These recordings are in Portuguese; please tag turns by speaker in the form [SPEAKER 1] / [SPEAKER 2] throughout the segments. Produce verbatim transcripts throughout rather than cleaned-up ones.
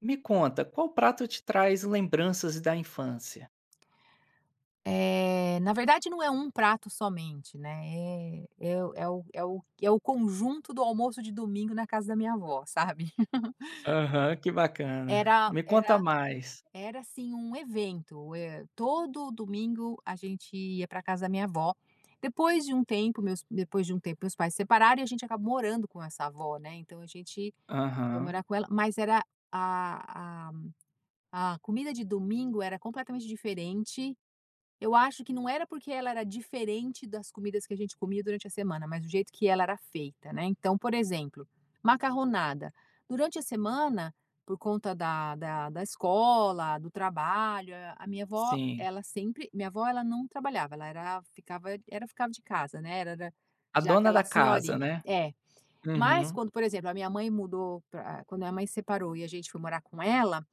[SPEAKER 1] Me conta, qual prato te traz lembranças da infância?
[SPEAKER 2] Eh, na verdade não é um prato somente, né, é é o é o é o é o conjunto do almoço de domingo na casa da minha avó, sabe.
[SPEAKER 1] Aham, que bacana.
[SPEAKER 2] Era
[SPEAKER 1] Me conta
[SPEAKER 2] era
[SPEAKER 1] mais.
[SPEAKER 2] era assim um evento, eh, todo domingo a gente ia para casa da minha avó. Depois de um tempo, meus depois de um tempo meus pais se separaram e a gente acabou morando com essa avó, né, então a gente foi
[SPEAKER 1] Aham,
[SPEAKER 2] morar com ela, mas era a a a comida de domingo era completamente diferente. Eu acho que não era porque ela era diferente das comidas que a gente comia durante a semana, mas o jeito que ela era feita, né. Então, por exemplo, macarronada. Durante a semana, por conta da da da escola, do trabalho, a a minha avó,
[SPEAKER 1] sim.
[SPEAKER 2] ela sempre minha avó, ela não trabalhava, ela era ficava era ficava de casa, né, era era
[SPEAKER 1] A
[SPEAKER 2] já
[SPEAKER 1] dona
[SPEAKER 2] aquela
[SPEAKER 1] da casa,
[SPEAKER 2] senhorinha.
[SPEAKER 1] né?
[SPEAKER 2] É. Mas
[SPEAKER 1] Uhum,
[SPEAKER 2] quando, por exemplo, a minha mãe mudou pra quando a minha mãe separou e a gente foi morar com ela,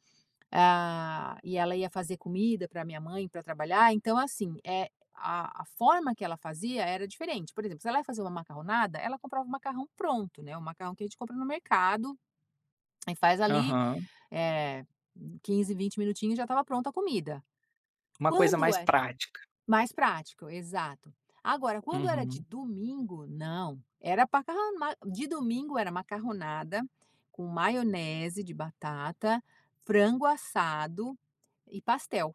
[SPEAKER 2] ah, e ela ia fazer comida para minha mãe, para trabalhar, então assim, é a a forma que ela fazia era diferente. Por exemplo, se ela ia fazer uma macarronada, ela comprava o macarrão pronto, né, o macarrão que a gente compra no mercado e faz ali,
[SPEAKER 1] aham.
[SPEAKER 2] eh, quinze, vinte minutinhos já estava pronta a comida.
[SPEAKER 1] Uma coisa
[SPEAKER 2] Quando
[SPEAKER 1] mais
[SPEAKER 2] é
[SPEAKER 1] prática.
[SPEAKER 2] Mais prático, exato. Agora, quando era de
[SPEAKER 1] Uhum.
[SPEAKER 2] domingo, não, era macarrão ma de domingo era macarronada com maionese de batata, frango assado e pastel.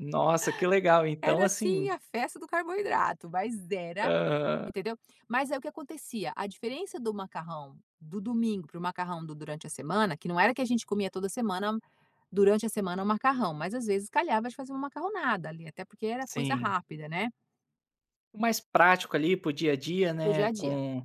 [SPEAKER 1] Nossa, que legal. Então,
[SPEAKER 2] Era assim
[SPEAKER 1] assim,
[SPEAKER 2] a festa do carboidrato, mas era,
[SPEAKER 1] aham,
[SPEAKER 2] entendeu? Mas aí o que acontecia? A diferença do macarrão do domingo para o macarrão do durante a semana, que não era que a gente comia toda semana, durante a semana o macarrão, mas às vezes calhava de fazer uma macarronada ali, até porque era coisa
[SPEAKER 1] sim.
[SPEAKER 2] rápida, né.
[SPEAKER 1] O mais prático ali pro dia a dia,
[SPEAKER 2] Pro dia
[SPEAKER 1] né?
[SPEAKER 2] a dia.
[SPEAKER 1] Com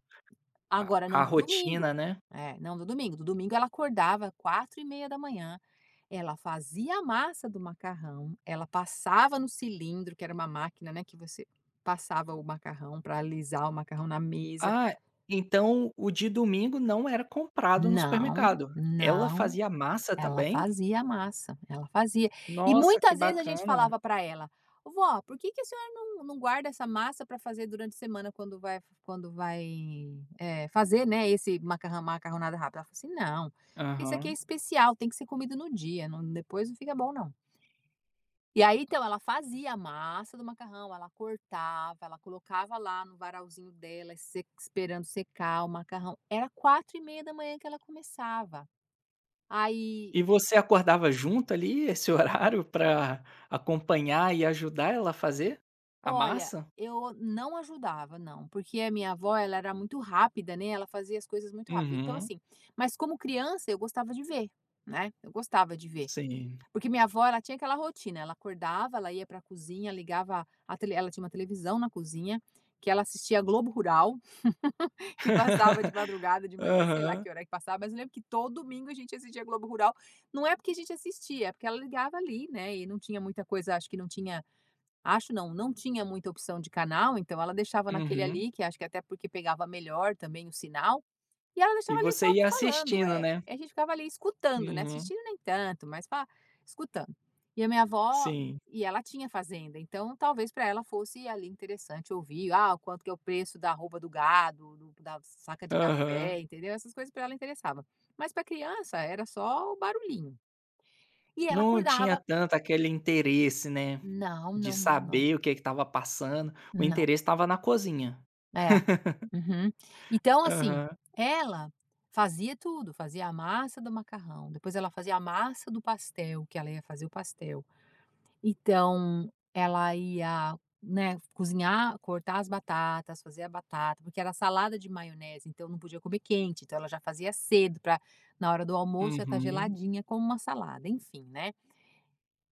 [SPEAKER 1] a,
[SPEAKER 2] Agora não
[SPEAKER 1] a
[SPEAKER 2] do domingo,
[SPEAKER 1] rotina, né?
[SPEAKER 2] é, não do domingo, do domingo ela acordava quatro e meia da manhã. Ela fazia a massa do macarrão, ela passava no cilindro, que era uma máquina, né, que você passava o macarrão para alisar o macarrão na mesa.
[SPEAKER 1] Ah, então o de domingo não era comprado no
[SPEAKER 2] Não,
[SPEAKER 1] supermercado. Ela
[SPEAKER 2] não,
[SPEAKER 1] fazia massa
[SPEAKER 2] ela
[SPEAKER 1] também?
[SPEAKER 2] fazia a massa, ela fazia. E
[SPEAKER 1] Nossa, que
[SPEAKER 2] muitas vezes a gente
[SPEAKER 1] bacana.
[SPEAKER 2] falava para ela: "Vó, por que que a senhora não não guarda essa massa para fazer durante a semana quando vai quando vai, eh, fazer, né, esse macarrão macarronada rápida?" Ela falou assim: "Não, porque isso aqui é
[SPEAKER 1] Aham.
[SPEAKER 2] especial, tem que ser comido no dia, não depois não fica bom não". E aí então ela fazia a massa do macarrão, ela cortava, ela colocava lá no varalzinho dela, se esperando secar o macarrão. Era quatro e meia da manhã que ela começava. Aí,
[SPEAKER 1] E você acordava junto ali, esse horário, pra acompanhar e ajudar ela a fazer a
[SPEAKER 2] olha,
[SPEAKER 1] massa?
[SPEAKER 2] eu não ajudava não, porque a minha avó ela era muito rápida, né, ela fazia as coisas muito rápido. Então
[SPEAKER 1] Uhum,
[SPEAKER 2] assim, mas como criança eu gostava de ver, né, eu gostava de ver.
[SPEAKER 1] sim.
[SPEAKER 2] Porque minha avó ela tinha aquela rotina, ela acordava, ela ia para a cozinha, ligava a tele ela tinha uma televisão na cozinha, que ela assistia Globo Rural, que passava de madrugada, de manhã, sei lá
[SPEAKER 1] Aham,
[SPEAKER 2] que hora que passava, mas eu lembro que todo domingo a gente assistia Globo Rural. Não é porque a gente assistia, é porque ela ligava ali, né? E não tinha muita coisa, acho que não tinha, acho não, não tinha muita opção de canal, então ela deixava naquele
[SPEAKER 1] uhum.
[SPEAKER 2] ali, que acho que até porque pegava melhor também o sinal. E ela
[SPEAKER 1] E
[SPEAKER 2] deixava ali só
[SPEAKER 1] você ia
[SPEAKER 2] falando,
[SPEAKER 1] assistindo,
[SPEAKER 2] é.
[SPEAKER 1] né?
[SPEAKER 2] E a gente ficava ali escutando, né,
[SPEAKER 1] Uhum,
[SPEAKER 2] assistindo nem tanto, mas fa escutando. E a minha avó
[SPEAKER 1] sim.
[SPEAKER 2] e ela tinha fazenda, então talvez para ela fosse ali interessante ouvir, ah, quanto que é o preço da roupa do gado, do da saca de
[SPEAKER 1] Aham.
[SPEAKER 2] café, entendeu? Essas coisas para ela interessava. Mas para criança era só o barulhinho. E ela
[SPEAKER 1] Não tinha
[SPEAKER 2] acordava:
[SPEAKER 1] tanto aquele interesse, né,
[SPEAKER 2] "Não,
[SPEAKER 1] de
[SPEAKER 2] não, não, não,
[SPEAKER 1] saber o que que estava passando, o
[SPEAKER 2] não."
[SPEAKER 1] interesse estava na cozinha.
[SPEAKER 2] É. Uhum. Então, assim,
[SPEAKER 1] Aham,
[SPEAKER 2] ela fazia tudo, fazia a massa do macarrão, depois ela fazia a massa do pastel, que ela ia fazer o pastel. Então, ela ia, né, cozinhar, cortar as batatas, fazer a batata, porque era salada de maionese, então não podia comer quente, então ela já fazia cedo para na hora do almoço já tá
[SPEAKER 1] uhum.
[SPEAKER 2] geladinha como uma salada, enfim, né.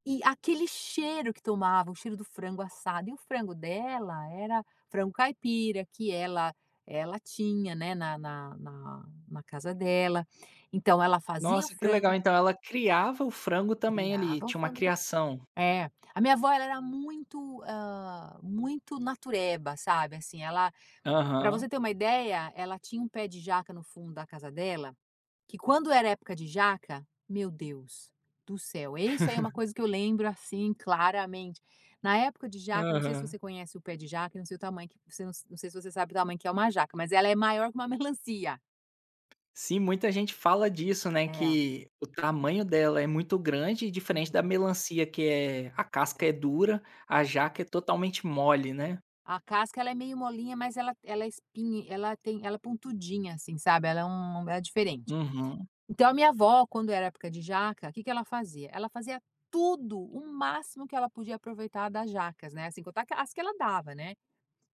[SPEAKER 2] E aquele cheiro que tomava, o cheiro do frango assado, e o frango dela era frango caipira que ela ela tinha, né, na na na na casa dela. Então ela fazia o
[SPEAKER 1] Nossa, que legal,
[SPEAKER 2] frango,
[SPEAKER 1] então ela criava o frango também ali,
[SPEAKER 2] criava o
[SPEAKER 1] tinha uma
[SPEAKER 2] frango tam
[SPEAKER 1] criação.
[SPEAKER 2] É. A minha avó ela era muito, hã, muito natureba, sabe, assim, ela, para
[SPEAKER 1] Aham,
[SPEAKER 2] você ter uma ideia, ela tinha um pé de jaca no fundo da casa dela que quando era época de jaca, meu Deus do céu, é isso aí é uma coisa que eu lembro, assim, claramente. Na época de jaca, não sei se
[SPEAKER 1] aham.
[SPEAKER 2] você conhece o pé de jaca, não sei o tamanho que você não não sei se você sabe o tamanho que é uma jaca, mas ela é maior que uma melancia.
[SPEAKER 1] Sim, muita gente fala disso, né,
[SPEAKER 2] É,
[SPEAKER 1] que o tamanho dela é muito grande, diferente da
[SPEAKER 2] uhum,
[SPEAKER 1] melancia que é a
[SPEAKER 2] é,
[SPEAKER 1] casca é dura, a
[SPEAKER 2] é.
[SPEAKER 1] jaca é totalmente mole, né.
[SPEAKER 2] A casca ela é meio molinha, mas ela ela é espinha ela tem ela é pontudinha, assim, sabe, ela é um ela é diferente.
[SPEAKER 1] Uhum,
[SPEAKER 2] Então a minha avó, quando era época de jaca, o que que ela fazia? Ela fazia tudo, o máximo que ela podia aproveitar das jacas, né, assim, contar que as que ela dava, né.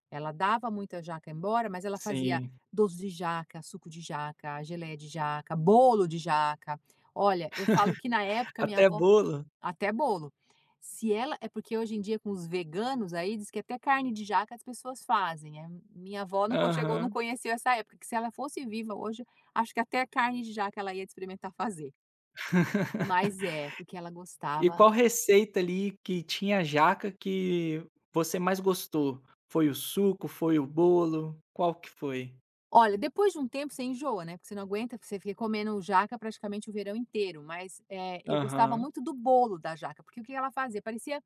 [SPEAKER 2] Ela dava muita jaca embora, mas ela fazia
[SPEAKER 1] sim.
[SPEAKER 2] doce de jaca, suco de jaca, geleia de jaca, bolo de jaca. Olha, eu falo que na época minha
[SPEAKER 1] Até
[SPEAKER 2] avó
[SPEAKER 1] bolo.
[SPEAKER 2] até bolo. Se ela é porque hoje em dia com os veganos aí, diz que até carne de jaca as pessoas fazem, eh, minha avó não co chegou não
[SPEAKER 1] Aham.
[SPEAKER 2] conheceu essa época, que se ela fosse viva hoje, acho que até carne de jaca ela ia experimentar fazer. Mas é, porque ela
[SPEAKER 1] E
[SPEAKER 2] gostava.
[SPEAKER 1] qual receita ali que tinha jaca que você mais gostou? Foi o suco, foi o bolo, qual que foi?
[SPEAKER 2] Olha, depois de um tempo você enjoa, né, porque você não aguenta, você fica comendo jaca praticamente o verão inteiro, mas, eh, eu gostava
[SPEAKER 1] Aham.
[SPEAKER 2] muito do bolo da jaca, porque o que ela fazia? Parecia,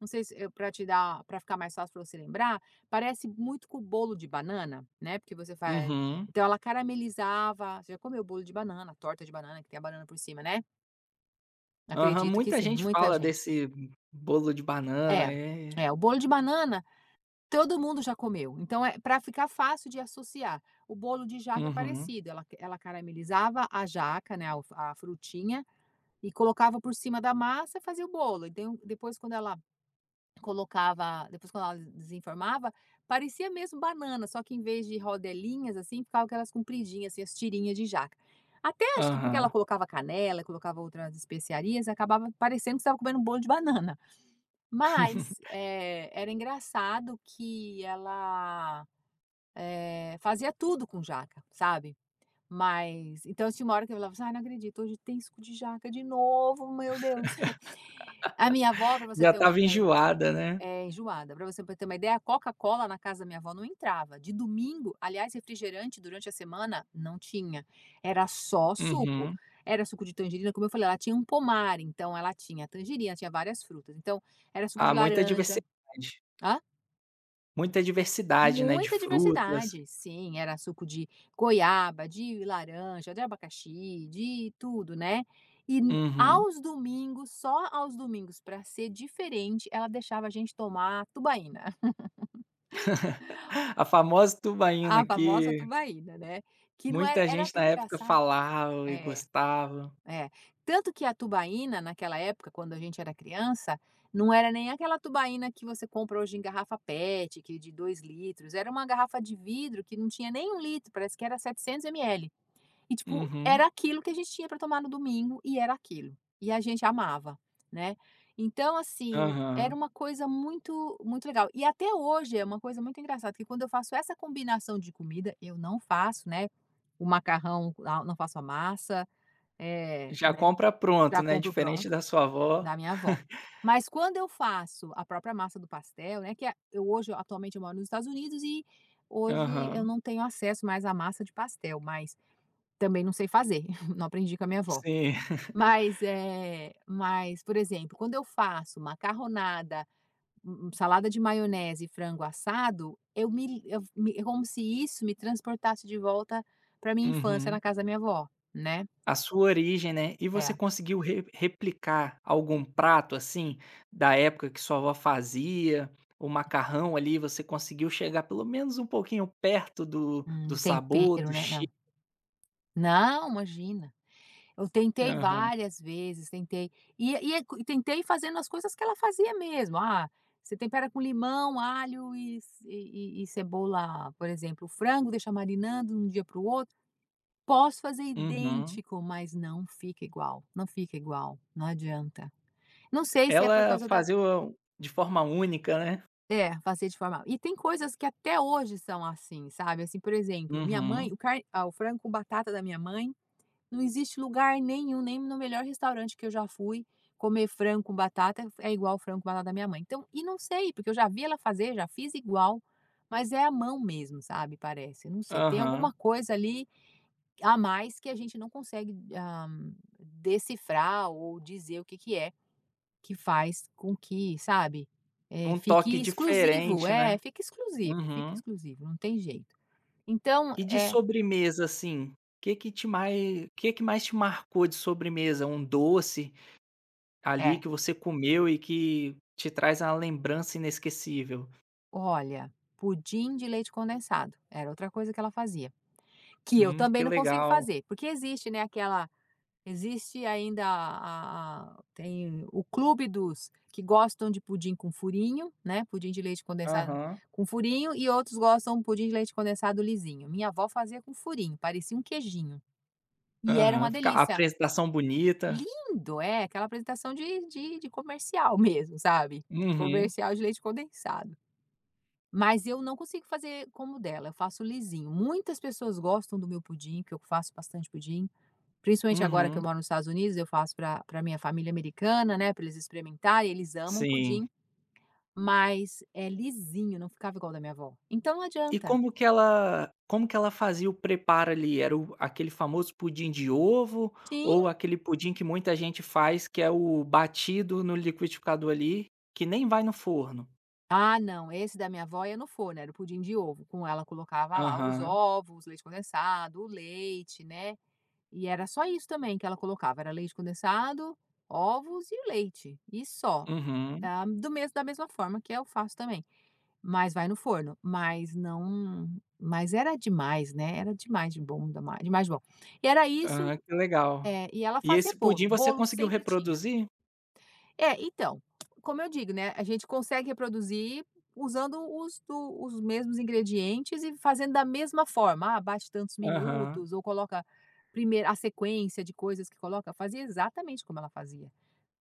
[SPEAKER 2] não sei se, eh, te dar para ficar mais fácil para você lembrar, parece muito com o bolo de banana, né, porque você faz
[SPEAKER 1] Uhum.
[SPEAKER 2] então ela caramelizava, você já comeu bolo de banana, torta de banana que tem a banana por cima, né?
[SPEAKER 1] Aham,
[SPEAKER 2] Acredito que
[SPEAKER 1] muita
[SPEAKER 2] sim,
[SPEAKER 1] gente
[SPEAKER 2] muita
[SPEAKER 1] fala
[SPEAKER 2] gente.
[SPEAKER 1] desse bolo de banana,
[SPEAKER 2] É,
[SPEAKER 1] é.
[SPEAKER 2] é, o bolo de banana todo mundo já comeu, então é para ficar fácil de associar. O bolo de jaca é
[SPEAKER 1] Uhum.
[SPEAKER 2] parecido, ela ela caramelizava a jaca, né, a a frutinha, e colocava por cima da massa e fazia o bolo. E depois quando ela colocava depois quando ela desenformava, parecia mesmo banana, só que em vez de rodelinhas, assim, ficava aquelas compridinhas, assim, as tirinhas de jaca. Até acho que porque ela
[SPEAKER 1] Aham.
[SPEAKER 2] colocava canela, colocava outras especiarias, acabava parecendo que estava comendo um bolo de banana. Mas, eh, era engraçado que ela, eh, fazia tudo com jaca, sabe. Mas então tinha uma hora que eu falava assim: "Ai, não acredito, hoje tem suco de jaca de novo, meu Deus". A minha avó, para você
[SPEAKER 1] Já
[SPEAKER 2] ter uma
[SPEAKER 1] estava
[SPEAKER 2] ideia
[SPEAKER 1] enjoada, né.
[SPEAKER 2] É, enjoada. Para você ter uma ideia, a Coca-Cola na casa da minha avó não entrava. De domingo, aliás, refrigerante durante a semana não tinha, era só suco.
[SPEAKER 1] Uhum.
[SPEAKER 2] Era suco de tangerina, como eu falei, ela tinha um pomar, então ela tinha tangerina, tinha várias frutas. Então, era suco de
[SPEAKER 1] Ah, muita
[SPEAKER 2] laranja.
[SPEAKER 1] diversidade.
[SPEAKER 2] Hã?
[SPEAKER 1] Muita diversidade, né, de
[SPEAKER 2] Muita
[SPEAKER 1] frutas.
[SPEAKER 2] diversidade, sim, era suco de goiaba, de laranja, de abacaxi, de tudo, né. E n
[SPEAKER 1] Uhum.
[SPEAKER 2] Aos domingos, só aos domingos, para ser diferente, ela deixava a gente tomar tubaína,
[SPEAKER 1] A famosa tubaína
[SPEAKER 2] a famosa
[SPEAKER 1] que
[SPEAKER 2] tubaína, né, que não era
[SPEAKER 1] muita
[SPEAKER 2] era
[SPEAKER 1] gente
[SPEAKER 2] tão
[SPEAKER 1] na época
[SPEAKER 2] engraçado.
[SPEAKER 1] falava e
[SPEAKER 2] É.
[SPEAKER 1] gostava.
[SPEAKER 2] É. Tanto que a tubaína, naquela época, quando a gente era criança, não era nem aquela tubaína que você compra hoje em garrafa PET, que é de dois litros. Era uma garrafa de vidro que não tinha nem um litro, parece que era setecentos mililitros. E, tipo,
[SPEAKER 1] Uhum.
[SPEAKER 2] era aquilo que a gente tinha para tomar no domingo e era aquilo. E a gente amava, né? Então, assim, era
[SPEAKER 1] Aham.
[SPEAKER 2] uma coisa muito, muito legal. E até hoje é uma coisa muito engraçada, que quando eu faço essa combinação de comida, eu não faço, né? O macarrão, ah, não faço a massa, é,
[SPEAKER 1] Já
[SPEAKER 2] né?
[SPEAKER 1] compra pronto,
[SPEAKER 2] Já
[SPEAKER 1] né,
[SPEAKER 2] compro
[SPEAKER 1] diferente
[SPEAKER 2] pronto,
[SPEAKER 1] da sua avó.
[SPEAKER 2] da minha avó. Mas quando eu faço a própria massa do pastel, né, que a eu hoje atualmente eu moro nos Estados Unidos e hoje eu
[SPEAKER 1] Aham.
[SPEAKER 2] não tenho acesso mais à massa de pastel, mas também não sei fazer, não aprendi com a minha avó.
[SPEAKER 1] Sim.
[SPEAKER 2] Mas, é, mas, por exemplo, quando eu faço macarronada, hum hum, salada de maionese e frango assado, eu me eu me é como se isso me transportasse de volta para minha infância
[SPEAKER 1] Uhum.
[SPEAKER 2] na casa da minha avó, né.
[SPEAKER 1] A sua origem, né, e você
[SPEAKER 2] É,
[SPEAKER 1] conseguiu re replicar algum prato, assim, da época que sua avó fazia, o macarrão ali, você conseguiu chegar pelo menos um pouquinho perto do do
[SPEAKER 2] um
[SPEAKER 1] sabor,
[SPEAKER 2] tempero,
[SPEAKER 1] do
[SPEAKER 2] né.
[SPEAKER 1] che
[SPEAKER 2] Não. Não, imagina. Eu tentei
[SPEAKER 1] Aham.
[SPEAKER 2] várias vezes, tentei. E e é co- e tentei fazendo as coisas que ela fazia mesmo. Ah, você tempera com limão, alho e ce e e e cebola, por exemplo, o frango, deixa marinando de um dia para o outro. Posso fazer
[SPEAKER 1] Uhum.
[SPEAKER 2] idêntico, mas não fica igual, não fica igual, não adianta. Não sei se é por
[SPEAKER 1] Ela
[SPEAKER 2] causa da
[SPEAKER 1] fazia o de forma única, né.
[SPEAKER 2] é, facete formal. E tem coisas que até hoje são assim, sabe, assim, por exemplo, minha mãe
[SPEAKER 1] Uhum.
[SPEAKER 2] o car ah, o frango com batata da minha mãe. Não existe lugar nenhum, nem no melhor restaurante que eu já fui, comer frango com batata é igual frango com batata da minha mãe. Então e não sei, porque eu já vi ela fazer, já fiz igual, mas é a mão mesmo, sabe, parece, não sei. Tem
[SPEAKER 1] Aham.
[SPEAKER 2] alguma coisa ali a mais que a gente não consegue, ah, decifrar ou dizer o que que é, que faz com que, sabe, eh,
[SPEAKER 1] Um toque
[SPEAKER 2] fique exclusivo.
[SPEAKER 1] diferente,
[SPEAKER 2] É,
[SPEAKER 1] né.
[SPEAKER 2] fica exclusivo, fica
[SPEAKER 1] Uhum.
[SPEAKER 2] exclusivo, não tem jeito. Então
[SPEAKER 1] E de
[SPEAKER 2] é,
[SPEAKER 1] sobremesa, assim, o que que te mai que que mais te marcou de sobremesa? Um doce? Ali
[SPEAKER 2] é.
[SPEAKER 1] que você comeu e que te traz uma lembrança inesquecível.
[SPEAKER 2] Olha, pudim de leite condensado, era outra coisa que ela fazia, que eu
[SPEAKER 1] Hum,
[SPEAKER 2] também
[SPEAKER 1] que
[SPEAKER 2] não consigo
[SPEAKER 1] legal.
[SPEAKER 2] fazer, porque existe, né, aquela existe ainda a a tem o clube dos que gostam de pudim com furinho, né, pudim de leite condensado
[SPEAKER 1] Aham,
[SPEAKER 2] com furinho e outros gostam de pudim de leite condensado lisinho. Minha avó fazia com furinho, parecia um queijinho, e era uma
[SPEAKER 1] aham. Fica a
[SPEAKER 2] delícia.
[SPEAKER 1] apresentação bonita.
[SPEAKER 2] Lindo, é, aquela apresentação de de de comercial mesmo, sabe,
[SPEAKER 1] Uhum,
[SPEAKER 2] comercial de leite condensado. Mas eu não consigo fazer como o dela, eu faço lisinho. Muitas pessoas gostam do meu pudim, que eu faço bastante pudim, principalmente agora que eu
[SPEAKER 1] uhum.
[SPEAKER 2] moro nos Estados Unidos, eu faço para pra minha família americana, né, para eles experimentarem, eles amam
[SPEAKER 1] Sim.
[SPEAKER 2] pudim, mas é lisinho, não ficava igual o da minha avó. Então não
[SPEAKER 1] E
[SPEAKER 2] adianta.
[SPEAKER 1] como que ela como que ela fazia o preparo ali? Era o aquele famoso pudim de ovo
[SPEAKER 2] Sim.
[SPEAKER 1] ou aquele pudim que muita gente faz, que é o batido no liquidificador ali, que nem vai no forno?
[SPEAKER 2] Ah, não, esse da minha avó ia no forno, era o pudim de ovo, com ela colocava lá os
[SPEAKER 1] Aham,
[SPEAKER 2] ovos, leite condensado, o leite, né. E era só isso também que ela colocava, era leite condensado, ovos e leite, e só.
[SPEAKER 1] uhum,
[SPEAKER 2] Ah, do mesmo da mesma forma que eu faço também, mas vai no forno, mas não mas era demais, né, era demais de bom, dema demais de bom. E era isso,
[SPEAKER 1] aham, que legal.
[SPEAKER 2] eh, e ela
[SPEAKER 1] E
[SPEAKER 2] fazia
[SPEAKER 1] esse
[SPEAKER 2] bolo,
[SPEAKER 1] pudim você
[SPEAKER 2] bolo
[SPEAKER 1] conseguiu
[SPEAKER 2] sempre tinha.
[SPEAKER 1] reproduzir?
[SPEAKER 2] É, então, como eu digo, né, a gente consegue reproduzir usando os do os mesmos ingredientes e fazendo da mesma forma. Ah, bate tantos
[SPEAKER 1] Aham.
[SPEAKER 2] minutos ou coloca primeiro a sequência de coisas que coloca, fazia exatamente como ela fazia.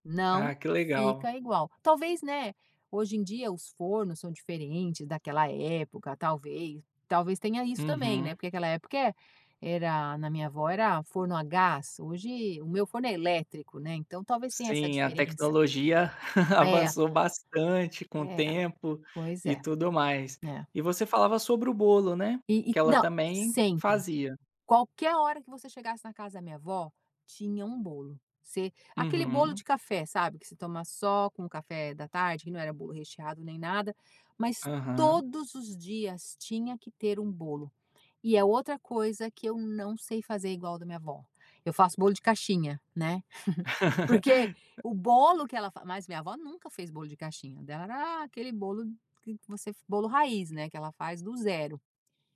[SPEAKER 2] Não
[SPEAKER 1] Ah, que legal.
[SPEAKER 2] fica igual. Talvez, né, hoje em dia os fornos são diferentes daquela época, talvez talvez tenha isso também, né,
[SPEAKER 1] Uhum.
[SPEAKER 2] porque aquela época é era na minha avó era forno a gás, hoje o meu forno é elétrico, né, então talvez tenha essa
[SPEAKER 1] Sim, a
[SPEAKER 2] diferença.
[SPEAKER 1] tecnologia
[SPEAKER 2] É,
[SPEAKER 1] avançou bastante com o
[SPEAKER 2] é,
[SPEAKER 1] tempo
[SPEAKER 2] pois
[SPEAKER 1] e
[SPEAKER 2] é,
[SPEAKER 1] tudo mais.
[SPEAKER 2] né.
[SPEAKER 1] E você falava sobre o bolo, né,
[SPEAKER 2] E e
[SPEAKER 1] que ela
[SPEAKER 2] não,
[SPEAKER 1] também
[SPEAKER 2] sempre,
[SPEAKER 1] fazia.
[SPEAKER 2] qualquer hora que você chegasse na casa da minha avó, tinha um bolo. Você aquele bolo de
[SPEAKER 1] Uhum.
[SPEAKER 2] café, sabe, que se toma só com o café da tarde, que não era bolo recheado nem nada, mas
[SPEAKER 1] Aham.
[SPEAKER 2] todos os dias tinha que ter um bolo. E é outra coisa que eu não sei fazer igual da minha avó. Eu faço bolo de caixinha, né. Porque o bolo que ela fa mas minha avó nunca fez bolo de caixinha, dela era aquele bolo que você bolo raiz, né, que ela faz do zero.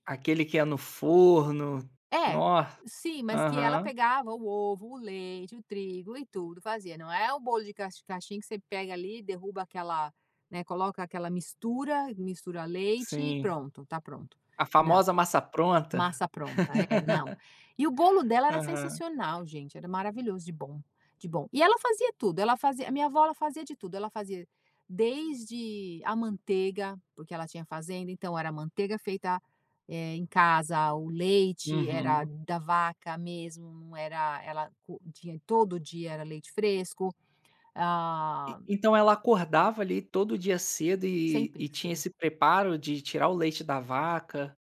[SPEAKER 1] Aquele que é no forno. No
[SPEAKER 2] É, sim, mas que ela
[SPEAKER 1] aham,
[SPEAKER 2] pegava o ovo, o leite, o trigo e tudo, fazia. Não é o bolo de caixi caixinha que você pega ali, derruba aquela, né, coloca aquela mistura, mistura leite e
[SPEAKER 1] sim.
[SPEAKER 2] pronto, tá pronto.
[SPEAKER 1] A
[SPEAKER 2] Não,
[SPEAKER 1] famosa massa pronta.
[SPEAKER 2] massa pronta, é, não. E o bolo dela era
[SPEAKER 1] Aham.
[SPEAKER 2] sensacional, gente, era maravilhoso de bom, de bom. E ela fazia tudo, ela fazia a minha avó, ela fazia de tudo, ela fazia desde a manteiga, porque ela tinha fazenda, então era manteiga feita, eh, em casa, o leite era
[SPEAKER 1] Uhum.
[SPEAKER 2] da vaca mesmo, não era ela co tinha todo dia era leite fresco,
[SPEAKER 1] E
[SPEAKER 2] ah,
[SPEAKER 1] então ela acordava ali todo dia cedo e
[SPEAKER 2] sempre
[SPEAKER 1] e tinha
[SPEAKER 2] cedo.
[SPEAKER 1] esse preparo de tirar o leite da vaca.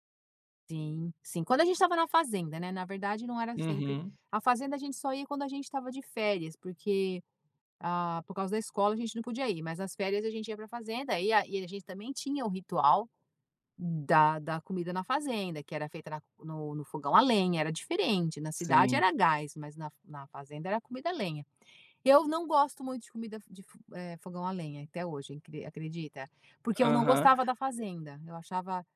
[SPEAKER 2] Sim, sim. Quando a gente estava na fazenda, né, na verdade não era sempre
[SPEAKER 1] Uhum.
[SPEAKER 2] a fazenda a gente só ia quando a gente estava de férias, porque, ah, por causa da escola a gente não podia ir, mas nas férias a gente ia para a fazenda e a e a gente também tinha o ritual da da comida na fazenda, que era feita na no no fogão a lenha, era diferente, na cidade
[SPEAKER 1] Sim,
[SPEAKER 2] era gás, mas na na fazenda era comida a lenha. Eu não gosto muito de comida de fo eh, fogão a lenha até hoje, incri acredita? Porque eu não
[SPEAKER 1] aham.
[SPEAKER 2] gostava da fazenda, eu achava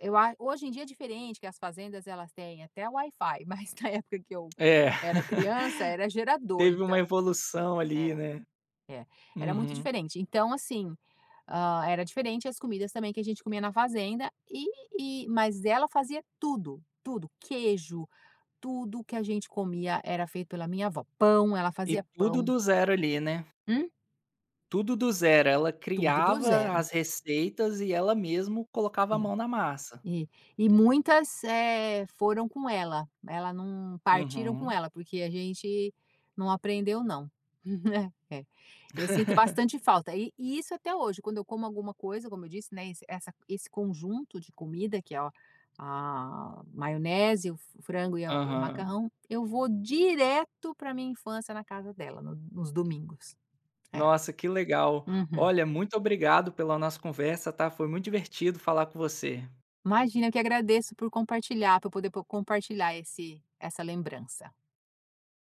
[SPEAKER 2] eu a hoje em dia é diferente, que as fazendas elas têm até Wi-Fi, mas na época que eu
[SPEAKER 1] É,
[SPEAKER 2] era criança era gerador,
[SPEAKER 1] teve uma
[SPEAKER 2] então
[SPEAKER 1] evolução ali,
[SPEAKER 2] é,
[SPEAKER 1] né.
[SPEAKER 2] é, era muito
[SPEAKER 1] Uhum.
[SPEAKER 2] diferente. Então assim, hã, era diferente as comidas também que a gente comia na fazenda e e mas ela fazia tudo, tudo, queijo, tudo que a gente comia era feito pela minha avó. Pão, ela
[SPEAKER 1] E
[SPEAKER 2] fazia
[SPEAKER 1] tudo
[SPEAKER 2] pão.
[SPEAKER 1] do zero ali, né,
[SPEAKER 2] Hum,
[SPEAKER 1] tudo do zero, ela
[SPEAKER 2] tudo do
[SPEAKER 1] criava
[SPEAKER 2] zero.
[SPEAKER 1] as receitas e ela mesmo colocava a
[SPEAKER 2] Sim.
[SPEAKER 1] mão na massa.
[SPEAKER 2] E e muitas, eh, foram com ela, ela não partiram com
[SPEAKER 1] Uhum,
[SPEAKER 2] ela, porque a gente não aprendeu não. É. Eu sinto bastante falta, e e isso até hoje, quando eu como alguma coisa, como eu disse, né, esse essa esse conjunto de comida que é o a maionese, o frango e a e o
[SPEAKER 1] aham.
[SPEAKER 2] macarrão, eu vou direto pra minha infância na casa dela, no nos domingos. É.
[SPEAKER 1] Nossa, que legal.
[SPEAKER 2] Uhum.
[SPEAKER 1] Olha, muito obrigado pela nossa conversa, tá, foi muito divertido falar com você.
[SPEAKER 2] Imagina, eu que agradeço por compartilhar, por poder po compartilhar esse essa lembrança.